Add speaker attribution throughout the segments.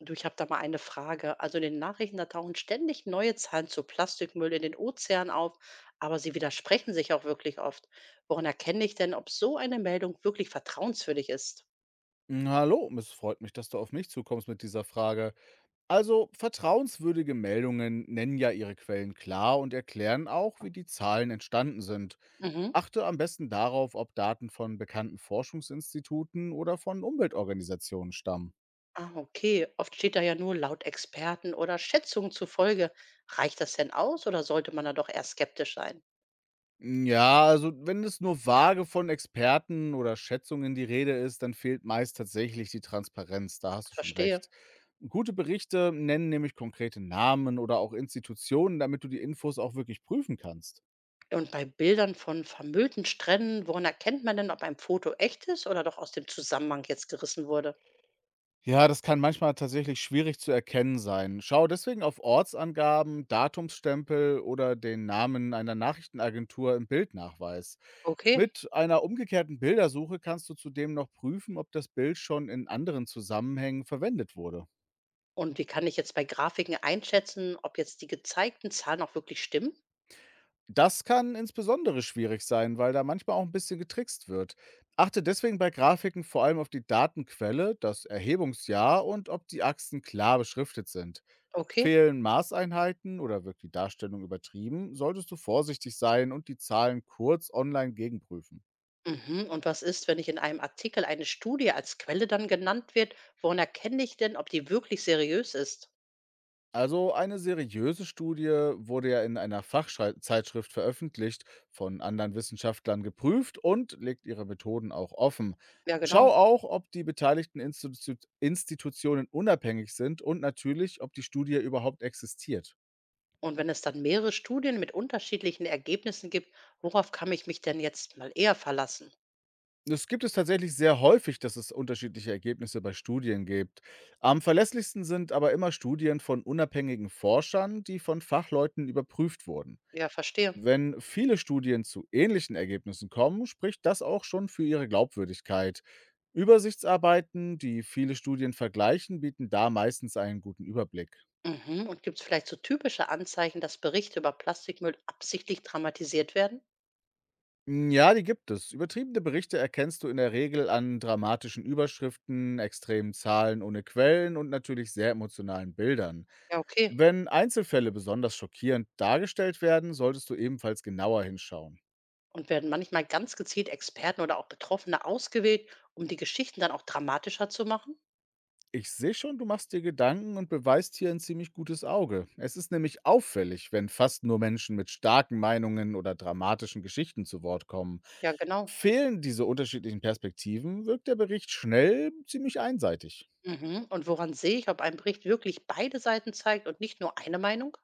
Speaker 1: Du, ich habe da mal eine Frage. Also in den Nachrichten, da tauchen ständig neue Zahlen zu Plastikmüll in den Ozeanen auf, aber sie widersprechen sich auch wirklich oft. Woran erkenne ich denn, ob so eine Meldung wirklich vertrauenswürdig ist?
Speaker 2: Hallo, es freut mich, dass du auf mich zukommst mit dieser Frage. Also, vertrauenswürdige Meldungen nennen ja ihre Quellen klar und erklären auch, wie die Zahlen entstanden sind.
Speaker 1: Mhm.
Speaker 2: Achte am besten darauf, ob Daten von bekannten Forschungsinstituten oder von Umweltorganisationen stammen.
Speaker 1: Ah, okay. Oft steht da ja nur laut Experten oder Schätzungen zufolge. Reicht das denn aus oder sollte man da doch eher skeptisch sein?
Speaker 2: Ja, also wenn es nur vage von Experten oder Schätzungen die Rede ist, dann fehlt meist tatsächlich die Transparenz, da hast du schon
Speaker 1: Verstehe.
Speaker 2: recht. Gute Berichte nennen nämlich konkrete Namen oder auch Institutionen, damit du die Infos auch wirklich prüfen kannst.
Speaker 1: Und bei Bildern von vermüllten Stränden, woran erkennt man denn, ob ein Foto echt ist oder doch aus dem Zusammenhang jetzt gerissen wurde?
Speaker 2: Ja, das kann manchmal tatsächlich schwierig zu erkennen sein. Schau deswegen auf Ortsangaben, Datumsstempel oder den Namen einer Nachrichtenagentur im Bildnachweis.
Speaker 1: Okay.
Speaker 2: Mit einer umgekehrten Bildersuche kannst du zudem noch prüfen, ob das Bild schon in anderen Zusammenhängen verwendet wurde.
Speaker 1: Und wie kann ich jetzt bei Grafiken einschätzen, ob jetzt die gezeigten Zahlen auch wirklich stimmen?
Speaker 2: Das kann insbesondere schwierig sein, weil da manchmal auch ein bisschen getrickst wird. Achte deswegen bei Grafiken vor allem auf die Datenquelle, das Erhebungsjahr und ob die Achsen klar beschriftet sind.
Speaker 1: Okay.
Speaker 2: Fehlen Maßeinheiten oder wirkt die Darstellung übertrieben, solltest du vorsichtig sein und die Zahlen kurz online gegenprüfen.
Speaker 1: Mhm. Und was ist, wenn ich in einem Artikel eine Studie als Quelle dann genannt wird? Woran erkenne ich denn, ob die wirklich seriös ist?
Speaker 2: Also eine seriöse Studie wurde ja in einer Fachzeitschrift veröffentlicht, von anderen Wissenschaftlern geprüft und legt ihre Methoden auch offen.
Speaker 1: Ja,
Speaker 2: Schau
Speaker 1: genau.
Speaker 2: auch, ob die beteiligten Institutionen unabhängig sind und natürlich, ob die Studie überhaupt existiert.
Speaker 1: Und wenn es dann mehrere Studien mit unterschiedlichen Ergebnissen gibt, worauf kann ich mich denn jetzt mal eher verlassen?
Speaker 2: Es gibt es tatsächlich sehr häufig, dass es unterschiedliche Ergebnisse bei Studien gibt. Am verlässlichsten sind aber immer Studien von unabhängigen Forschern, die von Fachleuten überprüft wurden.
Speaker 1: Ja, verstehe.
Speaker 2: Wenn viele Studien zu ähnlichen Ergebnissen kommen, spricht das auch schon für ihre Glaubwürdigkeit. Übersichtsarbeiten, die viele Studien vergleichen, bieten da meistens einen guten Überblick.
Speaker 1: Mhm. Und gibt es vielleicht so typische Anzeichen, dass Berichte über Plastikmüll absichtlich dramatisiert werden?
Speaker 2: Ja, die gibt es. Übertriebene Berichte erkennst du in der Regel an dramatischen Überschriften, extremen Zahlen ohne Quellen und natürlich sehr emotionalen Bildern.
Speaker 1: Ja, okay.
Speaker 2: Wenn Einzelfälle besonders schockierend dargestellt werden, solltest du ebenfalls genauer hinschauen.
Speaker 1: Und werden manchmal ganz gezielt Experten oder auch Betroffene ausgewählt, um die Geschichten dann auch dramatischer zu machen?
Speaker 2: Ich sehe schon, du machst dir Gedanken und beweist hier ein ziemlich gutes Auge. Es ist nämlich auffällig, wenn fast nur Menschen mit starken Meinungen oder dramatischen Geschichten zu Wort kommen.
Speaker 1: Ja, genau.
Speaker 2: Fehlen diese unterschiedlichen Perspektiven, wirkt der Bericht schnell ziemlich einseitig.
Speaker 1: Mhm. Und woran sehe ich, ob ein Bericht wirklich beide Seiten zeigt und nicht nur eine Meinung?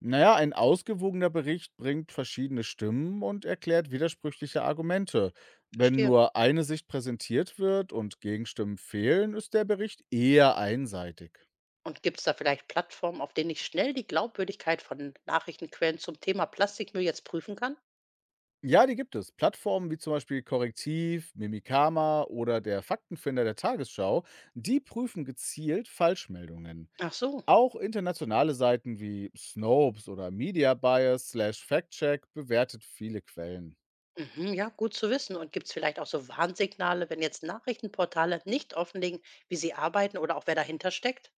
Speaker 2: Na ja, ein ausgewogener Bericht bringt verschiedene Stimmen und erklärt widersprüchliche Argumente. Wenn
Speaker 1: Verstehe.
Speaker 2: nur eine Sicht präsentiert wird und Gegenstimmen fehlen, ist der Bericht eher einseitig.
Speaker 1: Und gibt es da vielleicht Plattformen, auf denen ich schnell die Glaubwürdigkeit von Nachrichtenquellen zum Thema Plastikmüll jetzt prüfen kann?
Speaker 2: Ja, die gibt es. Plattformen wie zum Beispiel Korrektiv, Mimikama oder der Faktenfinder der Tagesschau, die prüfen gezielt Falschmeldungen.
Speaker 1: Ach so.
Speaker 2: Auch internationale Seiten wie Snopes oder Media Bias slash Factcheck bewertet viele Quellen.
Speaker 1: Mhm, ja, gut zu wissen. Und gibt es vielleicht auch so Warnsignale, wenn jetzt Nachrichtenportale nicht offenlegen, wie sie arbeiten oder auch wer dahinter steckt?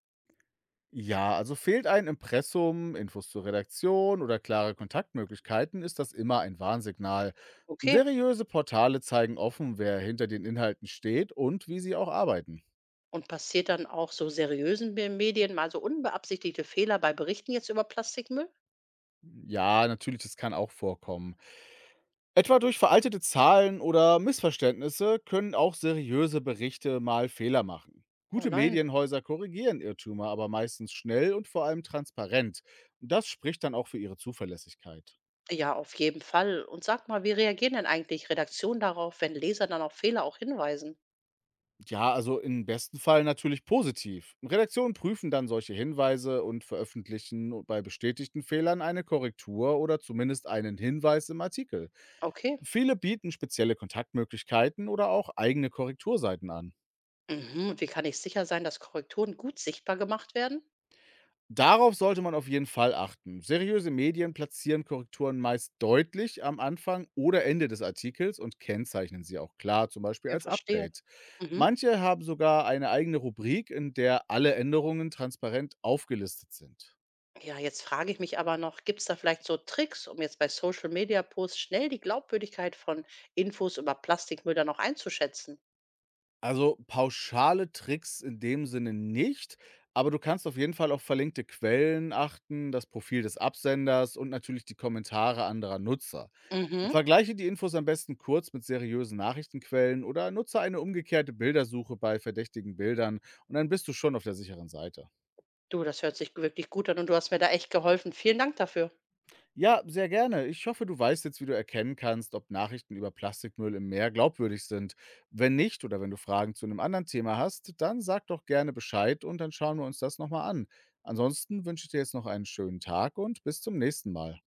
Speaker 2: Ja, also fehlt ein Impressum, Infos zur Redaktion oder klare Kontaktmöglichkeiten, ist das immer ein Warnsignal.
Speaker 1: Okay.
Speaker 2: Seriöse Portale zeigen offen, wer hinter den Inhalten steht und wie sie auch arbeiten.
Speaker 1: Und passiert dann auch so seriösen Me Medien mal so unbeabsichtigte Fehler bei Berichten jetzt über Plastikmüll?
Speaker 2: Ja, natürlich, das kann auch vorkommen. Etwa durch veraltete Zahlen oder Missverständnisse können auch seriöse Berichte mal Fehler machen.
Speaker 1: Oh
Speaker 2: Gute
Speaker 1: nein.
Speaker 2: Medienhäuser korrigieren Irrtümer aber meistens schnell und vor allem transparent. Das spricht dann auch für ihre Zuverlässigkeit.
Speaker 1: Ja, auf jeden Fall. Und sag mal, wie reagieren denn eigentlich Redaktionen darauf, wenn Leser dann auf Fehler auch hinweisen?
Speaker 2: Ja, also im besten Fall natürlich positiv. Redaktionen prüfen dann solche Hinweise und veröffentlichen bei bestätigten Fehlern eine Korrektur oder zumindest einen Hinweis im Artikel.
Speaker 1: Okay.
Speaker 2: Viele bieten spezielle Kontaktmöglichkeiten oder auch eigene Korrekturseiten an.
Speaker 1: Mhm. Und wie kann ich sicher sein, dass Korrekturen gut sichtbar gemacht werden?
Speaker 2: Darauf sollte man auf jeden Fall achten. Seriöse Medien platzieren Korrekturen meist deutlich am Anfang oder Ende des Artikels und kennzeichnen sie auch klar, zum Beispiel
Speaker 1: Ja,
Speaker 2: als
Speaker 1: verstehe.
Speaker 2: Update.
Speaker 1: Mhm.
Speaker 2: Manche haben sogar eine eigene Rubrik, in der alle Änderungen transparent aufgelistet sind.
Speaker 1: Ja, jetzt frage ich mich aber noch, gibt es da vielleicht so Tricks, um jetzt bei Social Media Posts schnell die Glaubwürdigkeit von Infos über Plastikmüll dann auch einzuschätzen?
Speaker 2: Also, pauschale Tricks in dem Sinne nicht, aber du kannst auf jeden Fall auf verlinkte Quellen achten, das Profil des Absenders und natürlich die Kommentare anderer Nutzer.
Speaker 1: Mhm.
Speaker 2: Vergleiche die Infos am besten kurz mit seriösen Nachrichtenquellen oder nutze eine umgekehrte Bildersuche bei verdächtigen Bildern und dann bist du schon auf der sicheren Seite.
Speaker 1: Du, das hört sich wirklich gut an und du hast mir da echt geholfen. Vielen Dank dafür.
Speaker 2: Ja, sehr gerne. Ich hoffe, du weißt jetzt, wie du erkennen kannst, ob Nachrichten über Plastikmüll im Meer glaubwürdig sind. Wenn nicht oder wenn du Fragen zu einem anderen Thema hast, dann sag doch gerne Bescheid und dann schauen wir uns das nochmal an. Ansonsten wünsche ich dir jetzt noch einen schönen Tag und bis zum nächsten Mal.